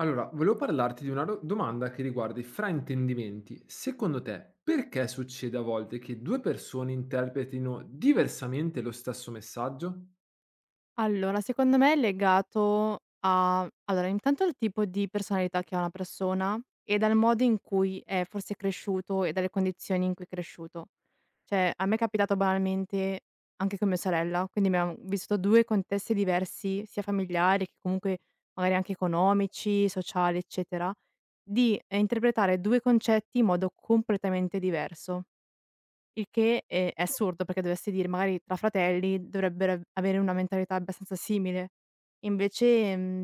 Allora, volevo parlarti di una domanda che riguarda i fraintendimenti. Secondo te, perché succede a volte che due persone interpretino diversamente lo stesso messaggio? Allora, secondo me è legato, a allora intanto al tipo di personalità che ha una persona e dal modo in cui è forse cresciuto e dalle condizioni in cui è cresciuto. Cioè, a me è capitato banalmente anche con mia sorella, quindi abbiamo vissuto due contesti diversi, sia familiari che comunque magari anche economici, sociali, eccetera, di, interpretare due concetti in modo completamente diverso. Il che è assurdo perché dovresti dire magari tra fratelli dovrebbero avere una mentalità abbastanza simile. Invece,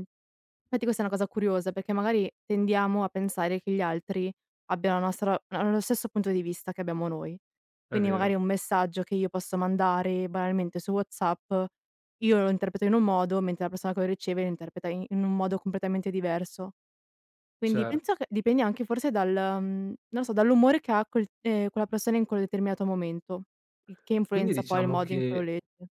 infatti questa è una cosa curiosa perché magari tendiamo a pensare che gli altri abbiano la nostra hanno lo stesso punto di vista che abbiamo noi. È Quindi vero, magari un messaggio che io posso mandare banalmente su WhatsApp, io lo interpreto in un modo, mentre la persona che lo riceve lo interpreta in un modo completamente diverso. Quindi certo. penso che dipende anche forse dal non lo so, dall'umore che ha quella persona in quel determinato momento, il che Quindi influenza poi il diciamo modo in cui lo che, legge.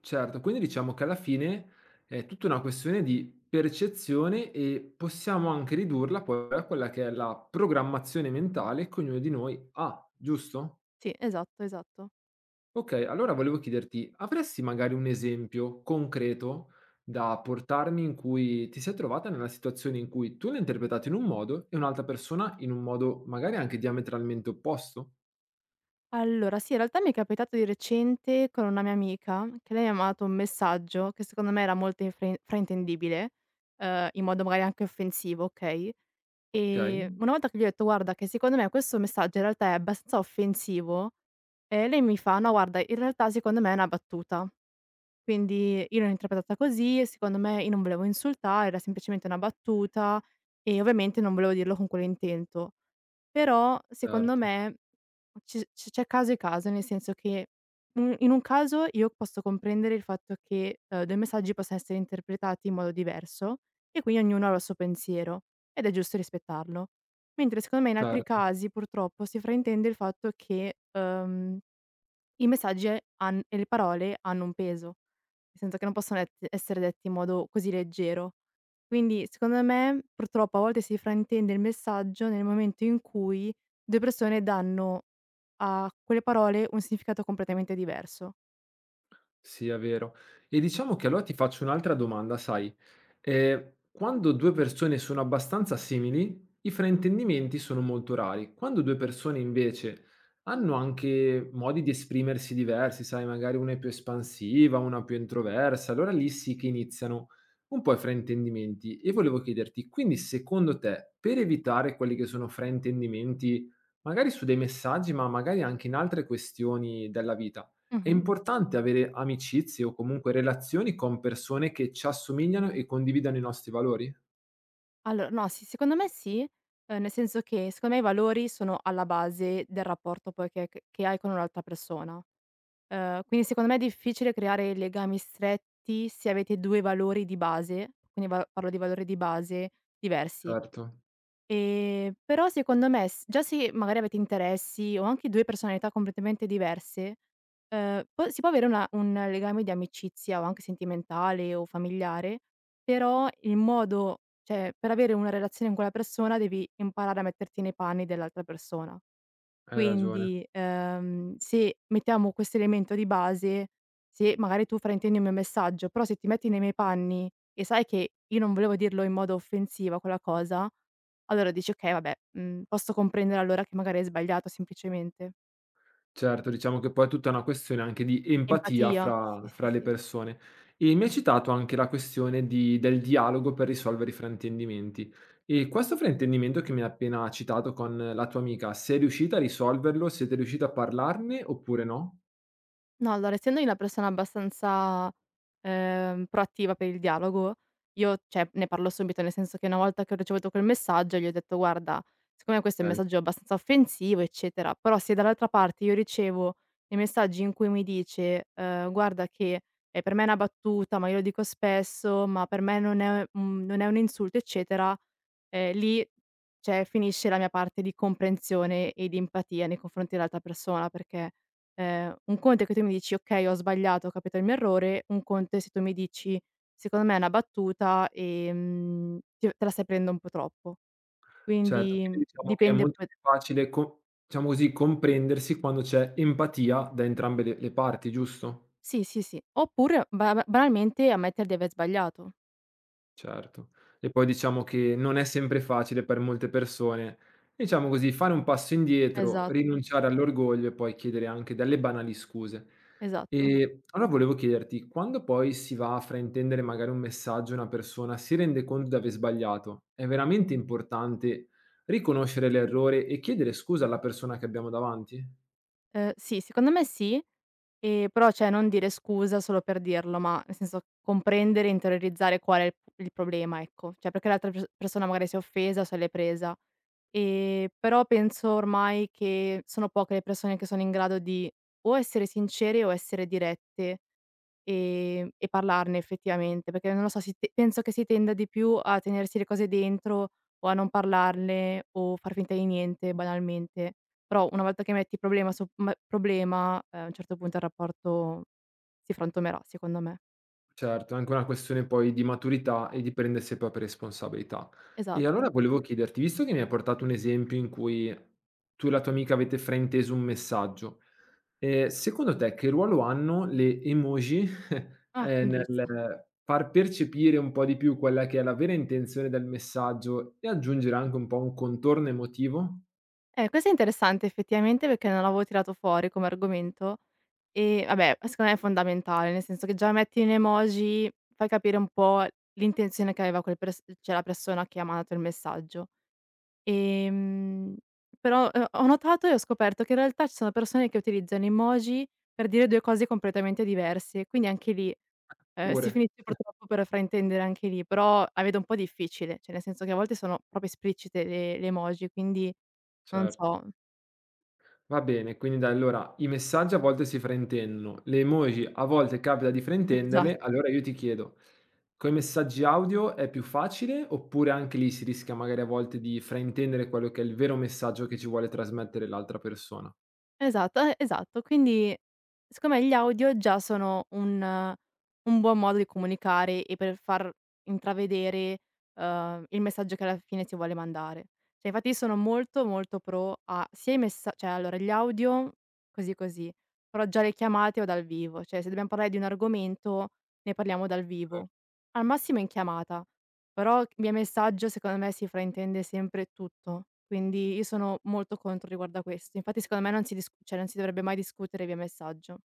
certo, quindi diciamo che alla fine è tutta una questione di percezione e possiamo anche ridurla poi a quella che è la programmazione mentale che ognuno di noi ha, giusto? Sì, esatto, esatto. Okay, allora volevo chiederti, avresti magari un esempio concreto da portarmi in cui ti sei trovata nella situazione in cui tu l'hai interpretato in un modo e un'altra persona in un modo magari anche diametralmente opposto? Allora sì, in realtà mi è capitato di recente con una mia amica che lei mi ha mandato un messaggio che secondo me era molto infre fraintendibile, in modo magari anche offensivo, okay, Okay, una volta che gli ho detto: "Guarda che secondo me questo messaggio in realtà è abbastanza offensivo", lei mi fa: "No guarda in realtà secondo me è una battuta". Quindi io l'ho interpretata così, secondo me io non volevo insultare, era semplicemente una battuta e ovviamente non volevo dirlo con quell'intento. Però secondo certo, me ci c c'è caso e caso, nel senso che u in un caso io posso comprendere il fatto che, due messaggi possano essere interpretati in modo diverso e quindi ognuno avrà il suo pensiero ed è giusto rispettarlo. Mentre secondo me in altri certo. casi purtroppo si fraintende il fatto che, i messaggi han e le parole hanno un peso. Nel senso che non possono et essere detti in modo così leggero. Quindi secondo me, purtroppo a volte si fraintende il messaggio nel momento in cui due persone danno a quelle parole un significato completamente diverso. Sì, è vero. E diciamo che allora ti faccio un'altra domanda, sai, quando 2 persone sono abbastanza simili, i fraintendimenti sono molto rari. Quando 2 persone invece hanno anche modi di esprimersi diversi, sai, magari una è più espansiva, una più introversa, allora lì sì che iniziano un po' i fraintendimenti. E volevo chiederti, quindi secondo te, per evitare quelli che sono fraintendimenti, magari su dei messaggi, ma magari anche in altre questioni della vita, è Mh-mh. importante avere amicizie o comunque relazioni con persone che ci assomigliano e condividano i nostri valori? Allora no, sì, secondo me sì, nel senso che secondo me i valori sono alla base del rapporto poi che hai con un'altra persona. Quindi secondo me è difficile creare legami stretti se avete due valori di base, quindi va parlo di valori di base diversi. Certo, Però secondo me s già se magari avete interessi o anche due personalità completamente diverse, può si può avere una un legame di amicizia o anche sentimentale o familiare, però il modo cioè per avere una relazione con quella persona devi imparare a metterti nei panni dell'altra persona. hai ragione. Quindi, se mettiamo questo elemento di base, se magari tu fraintendi il mio messaggio, però se ti metti nei miei panni e sai che io non volevo dirlo in modo offensiva quella cosa, allora dici: "Okay, vabbè, posso comprendere allora che magari hai sbagliato semplicemente". Certo, diciamo che poi è tutta una questione anche di empatia Empatia, fra sì, sì, fra le sì. persone. E mi hai citato anche la questione di del dialogo per risolvere i fraintendimenti. E questo fraintendimento che mi hai appena citato con la tua amica, sei riuscita a risolverlo? Siete riusciti a parlarne oppure no? No, allora essendomi una persona abbastanza, proattiva per il dialogo, io cioè ne parlo subito, nel senso che una volta che ho ricevuto quel messaggio gli ho detto: "Guarda, siccome questo è un messaggio abbastanza offensivo, eccetera, però se dall'altra parte io ricevo dei messaggi in cui mi dice, "Guarda che, per me è una battuta, ma io lo dico spesso, ma per me non è un insulto", eccetera". Lì, cioè, finisce la mia parte di comprensione e di empatia nei confronti dell'altra persona, perché, un conto è che tu mi dici: "Okay, ho sbagliato, ho capito il mio errore." Un conto è se tu mi dici: "Secondo me è una battuta, ti te la stai prendendo un po' troppo." Certo, Quindi, quindi diciamo che è dipende molto poi. più facile co diciamo così, comprendersi quando c'è empatia da entrambe le parti, giusto? Sì, sì, sì. Oppure ba banalmente ammettere di aver sbagliato. Certo. E poi diciamo che non è sempre facile per molte persone, diciamo così, fare un passo indietro, Esatto, rinunciare all'orgoglio e poi chiedere anche delle banali scuse. esatto. E allora volevo chiederti, quando poi si va a fraintendere magari un messaggio, una persona si rende conto di aver sbagliato, è veramente importante riconoscere l'errore e chiedere scusa alla persona che abbiamo davanti? Sì, secondo me sì, però cioè non dire scusa solo per dirlo, ma nel senso comprendere, interiorizzare qual è il problema, ecco. Cioè perché l'altra persona magari si è offesa o se l'è presa. Però penso ormai che sono poche le persone che sono in grado di o essere sincere o essere dirette. E parlarne effettivamente, perché non lo so, si te penso che si tenda di più a tenersi le cose dentro o a non parlarne o far finta di niente banalmente. Però una volta che metti problema su m problema, a un certo punto il rapporto si frantumerà secondo me. Certo, è anche una questione poi di maturità e di prendersi le proprie responsabilità. E allora Esatto. volevo chiederti, visto che mi hai portato un esempio in cui tu e la tua amica avete frainteso un messaggio, secondo te che ruolo hanno le emoji, Ah, giusto. nel far percepire un po' di più quella che è la vera intenzione del messaggio e aggiungere anche un po' un contorno emotivo? Questo è interessante effettivamente perché non l'avevo tirato fuori come argomento e vabbè, secondo me è fondamentale, nel senso che già metti un emoji, fai capire un po' l'intenzione che aveva cioè la persona che ha mandato il messaggio. Ehm, Però ho notato e ho scoperto che in realtà ci sono persone che utilizzano emoji per dire due cose completamente diverse, quindi anche lì si Pure. finisce purtroppo per fraintendere anche lì, però la vedo un po' difficile, cioè nel senso che a volte sono proprio esplicite le emoji, quindi non Cert so. Va bene, quindi dai, allora i messaggi a volte si fraintendono, le emoji a volte capita di fraintenderle, Esatto, allora io ti chiedo, coi messaggi audio è più facile oppure anche lì si rischia magari a volte di fraintendere quello che è il vero messaggio che ci vuole trasmettere l'altra persona? esatto, esatto. Quindi secondo me gli audio già sono un buon modo di comunicare e per far intravedere, il messaggio che alla fine si vuole mandare. Cioè infatti io sono molto, molto pro a sia i messa cioè allora gli audio così, così, però già le chiamate o dal vivo, cioè se dobbiamo parlare di un argomento ne parliamo dal Eh, vivo, al massimo in chiamata. Però via messaggio secondo me si fraintende sempre tutto, quindi io sono molto contro riguardo a questo. Infatti secondo me non si disc cioè non si dovrebbe mai discutere via messaggio.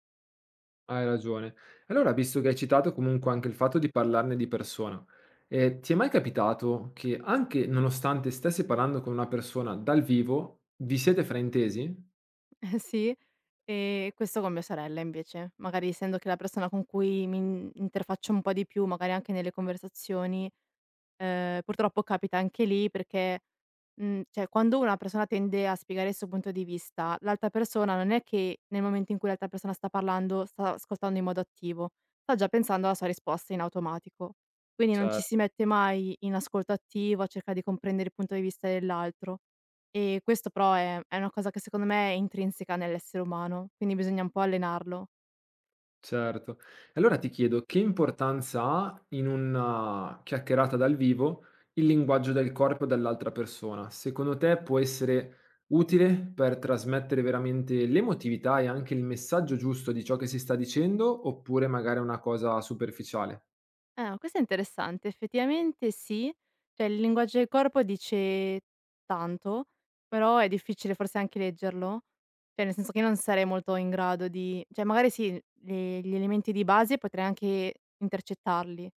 Hai ragione. Allora, visto che hai citato comunque anche il fatto di parlarne di persona, ti è mai capitato che anche nonostante stessi parlando con una persona dal vivo, vi siete fraintesi? Eh sì, questo con mia sorella invece, magari essendo che è la persona con cui mi interfaccio un po' di più, magari anche nelle conversazioni. Purtroppo capita anche lì perché, cioè quando una persona tende a spiegare il suo punto di vista, l'altra persona non è che nel momento in cui l'altra persona sta parlando sta ascoltando in modo attivo, sta già pensando alla sua risposta in automatico. Quindi non Cioè, ci si mette mai in ascolto attivo a cercare di comprendere il punto di vista dell'altro. E questo però è una cosa che secondo me è intrinseca nell'essere umano, quindi bisogna un po' allenarlo. certo. Allora ti chiedo, che importanza ha in una chiacchierata dal vivo il linguaggio del corpo dell'altra persona? Secondo te può essere utile per trasmettere veramente l'emotività e anche il messaggio giusto di ciò che si sta dicendo, oppure magari è una cosa superficiale? Ah, questo è interessante. Effettivamente sì, cioè il linguaggio del corpo dice tanto, però è difficile forse anche leggerlo. Cioè, nel senso che io non sarei molto in grado di cioè magari sì, le gli elementi di base potrei anche intercettarli,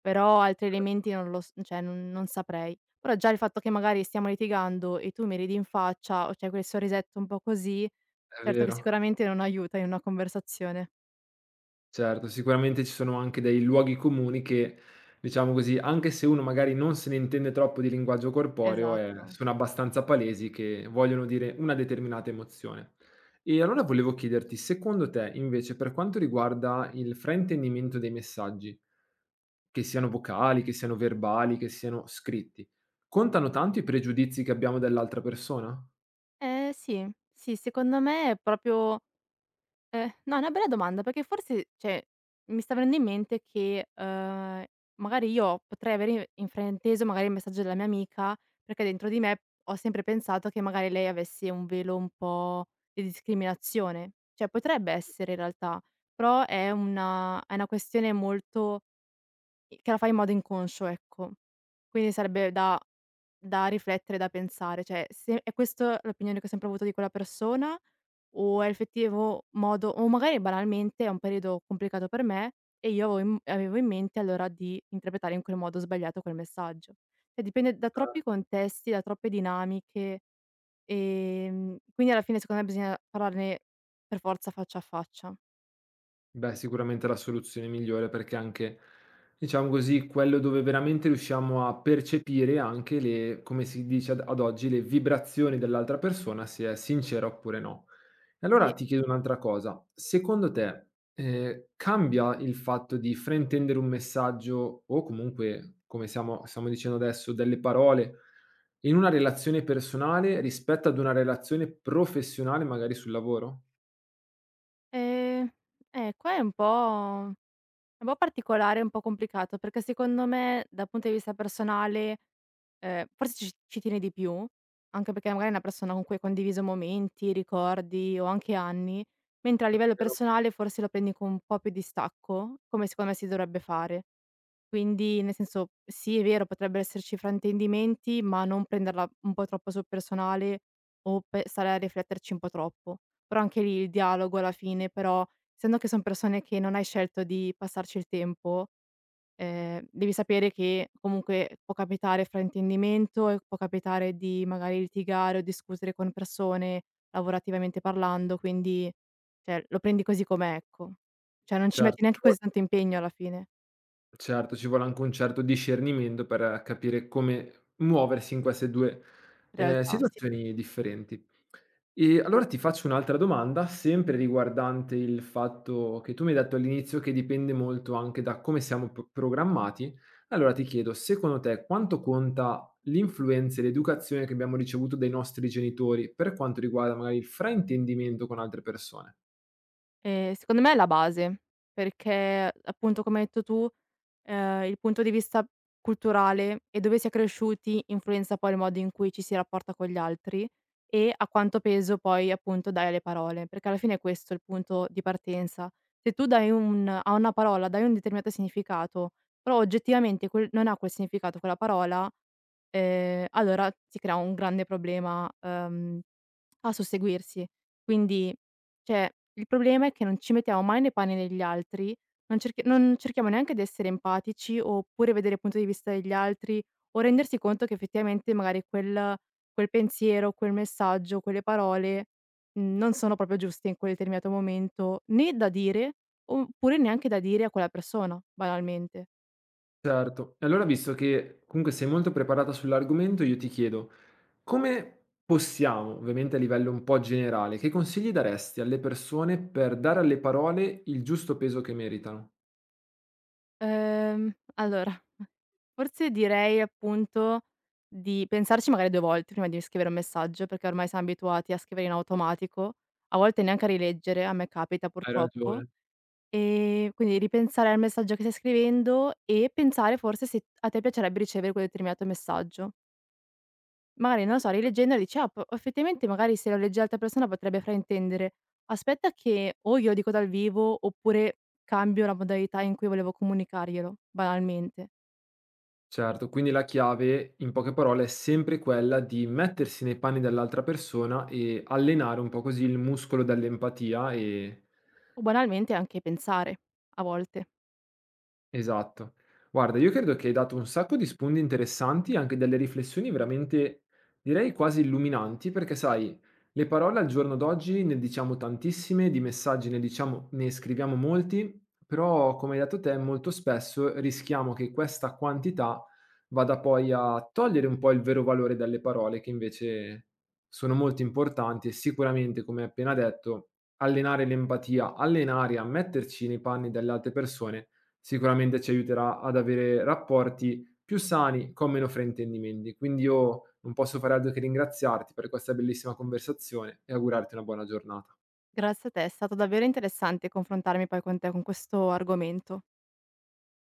però altri elementi non lo s cioè non saprei. Però già il fatto che magari stiamo litigando e tu mi ridi in faccia o c'è quel sorrisetto un po' così, È certo che vero. sicuramente non aiuta in una conversazione. Certo, sicuramente ci sono anche dei luoghi comuni che, diciamo così, anche se uno magari non se ne intende troppo di linguaggio corporeo, Esatto. sono abbastanza palesi che vogliono dire una determinata emozione. E allora volevo chiederti, secondo te invece, per quanto riguarda il fraintendimento dei messaggi, che siano vocali, che siano verbali, che siano scritti, contano tanto i pregiudizi che abbiamo dell'altra persona? Sì. Sì, secondo me è proprio no, è una bella domanda perché forse cioè, mi sta venendo in mente che, magari io potrei avere infrainteso magari il messaggio della mia amica, perché dentro di me ho sempre pensato che magari lei avesse un velo un po' di discriminazione. Cioè, potrebbe essere in realtà, però è una questione molto i che la fa in modo inconscio, ecco. Quindi sarebbe da riflettere, da pensare, cioè se è questo l'opinione che ho sempre avuto di quella persona o è l'effettivo modo o magari banalmente è un periodo complicato per me e io avevo in mente allora di interpretare in quel modo sbagliato quel messaggio. Cioè dipende da troppi contesti, da troppe dinamiche, quindi alla fine secondo me bisogna parlarne per forza faccia a faccia. Beh, sicuramente la soluzione migliore perché anche, diciamo così, quello dove veramente riusciamo a percepire anche le, come si dice ad, ad oggi, le vibrazioni dell'altra persona, se è sincera oppure no. E allora Sì, ti chiedo un'altra cosa. Secondo te, cambia il fatto di fraintendere un messaggio o comunque, come stiamo dicendo adesso, delle parole in una relazione personale rispetto ad una relazione professionale, magari sul lavoro? ehm, qua è un po' particolare, un po' complicato perché secondo me dal punto di vista personale. Forse ci tiene di più, anche perché magari è una persona con cui hai condiviso momenti, ricordi o anche anni, mentre a È livello vero. personale forse lo prendi con un po' più di stacco, come secondo me si dovrebbe fare. Quindi, nel senso, sì è vero, potrebbero esserci fraintendimenti, ma non prenderla un po' troppo sul personale o pe stare a rifletterci un po' troppo. Però anche lì il dialogo alla fine però essendo che son persone che non hai scelto di passarci il tempo, devi sapere che comunque può capitare fraintendimento e può capitare di magari litigare o discutere con persone, lavorativamente parlando, quindi cioè lo prendi così com'è, ecco. Cioè non ci metti Certo. neanche così tanto impegno alla fine, Certo, ci vuole anche un certo discernimento per capire come muoversi in queste 2, in realtà, sì. situazioni differenti. E allora ti faccio un'altra domanda, sempre riguardante il fatto che tu mi hai detto all'inizio che dipende molto anche da come siamo p programmati. Allora ti chiedo, secondo te quanto conta l'influenza e l'educazione che abbiamo ricevuto dai nostri genitori, per quanto riguarda magari il fraintendimento con altre persone? Secondo me è la base, perché appunto come hai detto tu il punto di vista culturale e dove si è cresciuti influenza poi il modo in cui ci si rapporta con gli altri e a quanto peso poi appunto dai alle parole, perché alla fine è questo è il punto di partenza. Se tu dai un a una parola dai un determinato significato, però oggettivamente quel non ha quel significato quella parola, allora si crea un grande problema, a susseguirsi. Quindi, cioè, il problema è che non ci mettiamo mai nei panni degli altri, non cerchiamo neanche di essere empatici, oppure vedere il punto di vista degli altri, o rendersi conto che effettivamente magari quel pensiero, quel messaggio, quelle parole, non sono proprio giuste in quel determinato momento, né da dire, oppure neanche da dire a quella persona, banalmente. Certo. E allora visto che comunque sei molto preparata sull'argomento, io ti chiedo: come possiamo, ovviamente a livello un po' generale, che consigli daresti alle persone per dare alle parole il giusto peso che meritano? Allora, forse direi appunto di pensarci magari due volte prima di scrivere un messaggio, perché ormai siamo abituati a scrivere in automatico, a volte neanche a rileggere, a me capita Hai purtroppo. ragione. Quindi ripensare al messaggio che stai scrivendo e pensare forse se a te piacerebbe ricevere quel determinato messaggio. Magari, non lo so, rileggendolo dici: "Ah, po effettivamente magari se lo legge l'altra persona potrebbe fraintendere. Aspetta che o glielo dico dal vivo oppure cambio la modalità in cui volevo comunicarglielo", banalmente. Certo, quindi la chiave, in poche parole, è sempre quella di mettersi nei panni dell'altra persona e allenare un po' così il muscolo dell'empatia e O banalmente anche pensare, a volte. esatto. Guarda, io credo che hai dato un sacco di spunti interessanti, anche delle riflessioni veramente, direi quasi illuminanti, perché sai, le parole al giorno d'oggi ne diciamo tantissime, di messaggi ne diciamo, ne scriviamo molti, però come hai detto te, molto spesso rischiamo che questa quantità vada poi a togliere un po' il vero valore delle parole, che invece sono molto importanti e sicuramente, come hai appena detto, allenare l'empatia, allenare a metterci nei panni delle altre persone sicuramente ci aiuterà ad avere rapporti più sani con meno fraintendimenti. Quindi io non posso fare altro che ringraziarti per questa bellissima conversazione e augurarti una buona giornata. Grazie a te, è stato davvero interessante confrontarmi poi con te con questo argomento.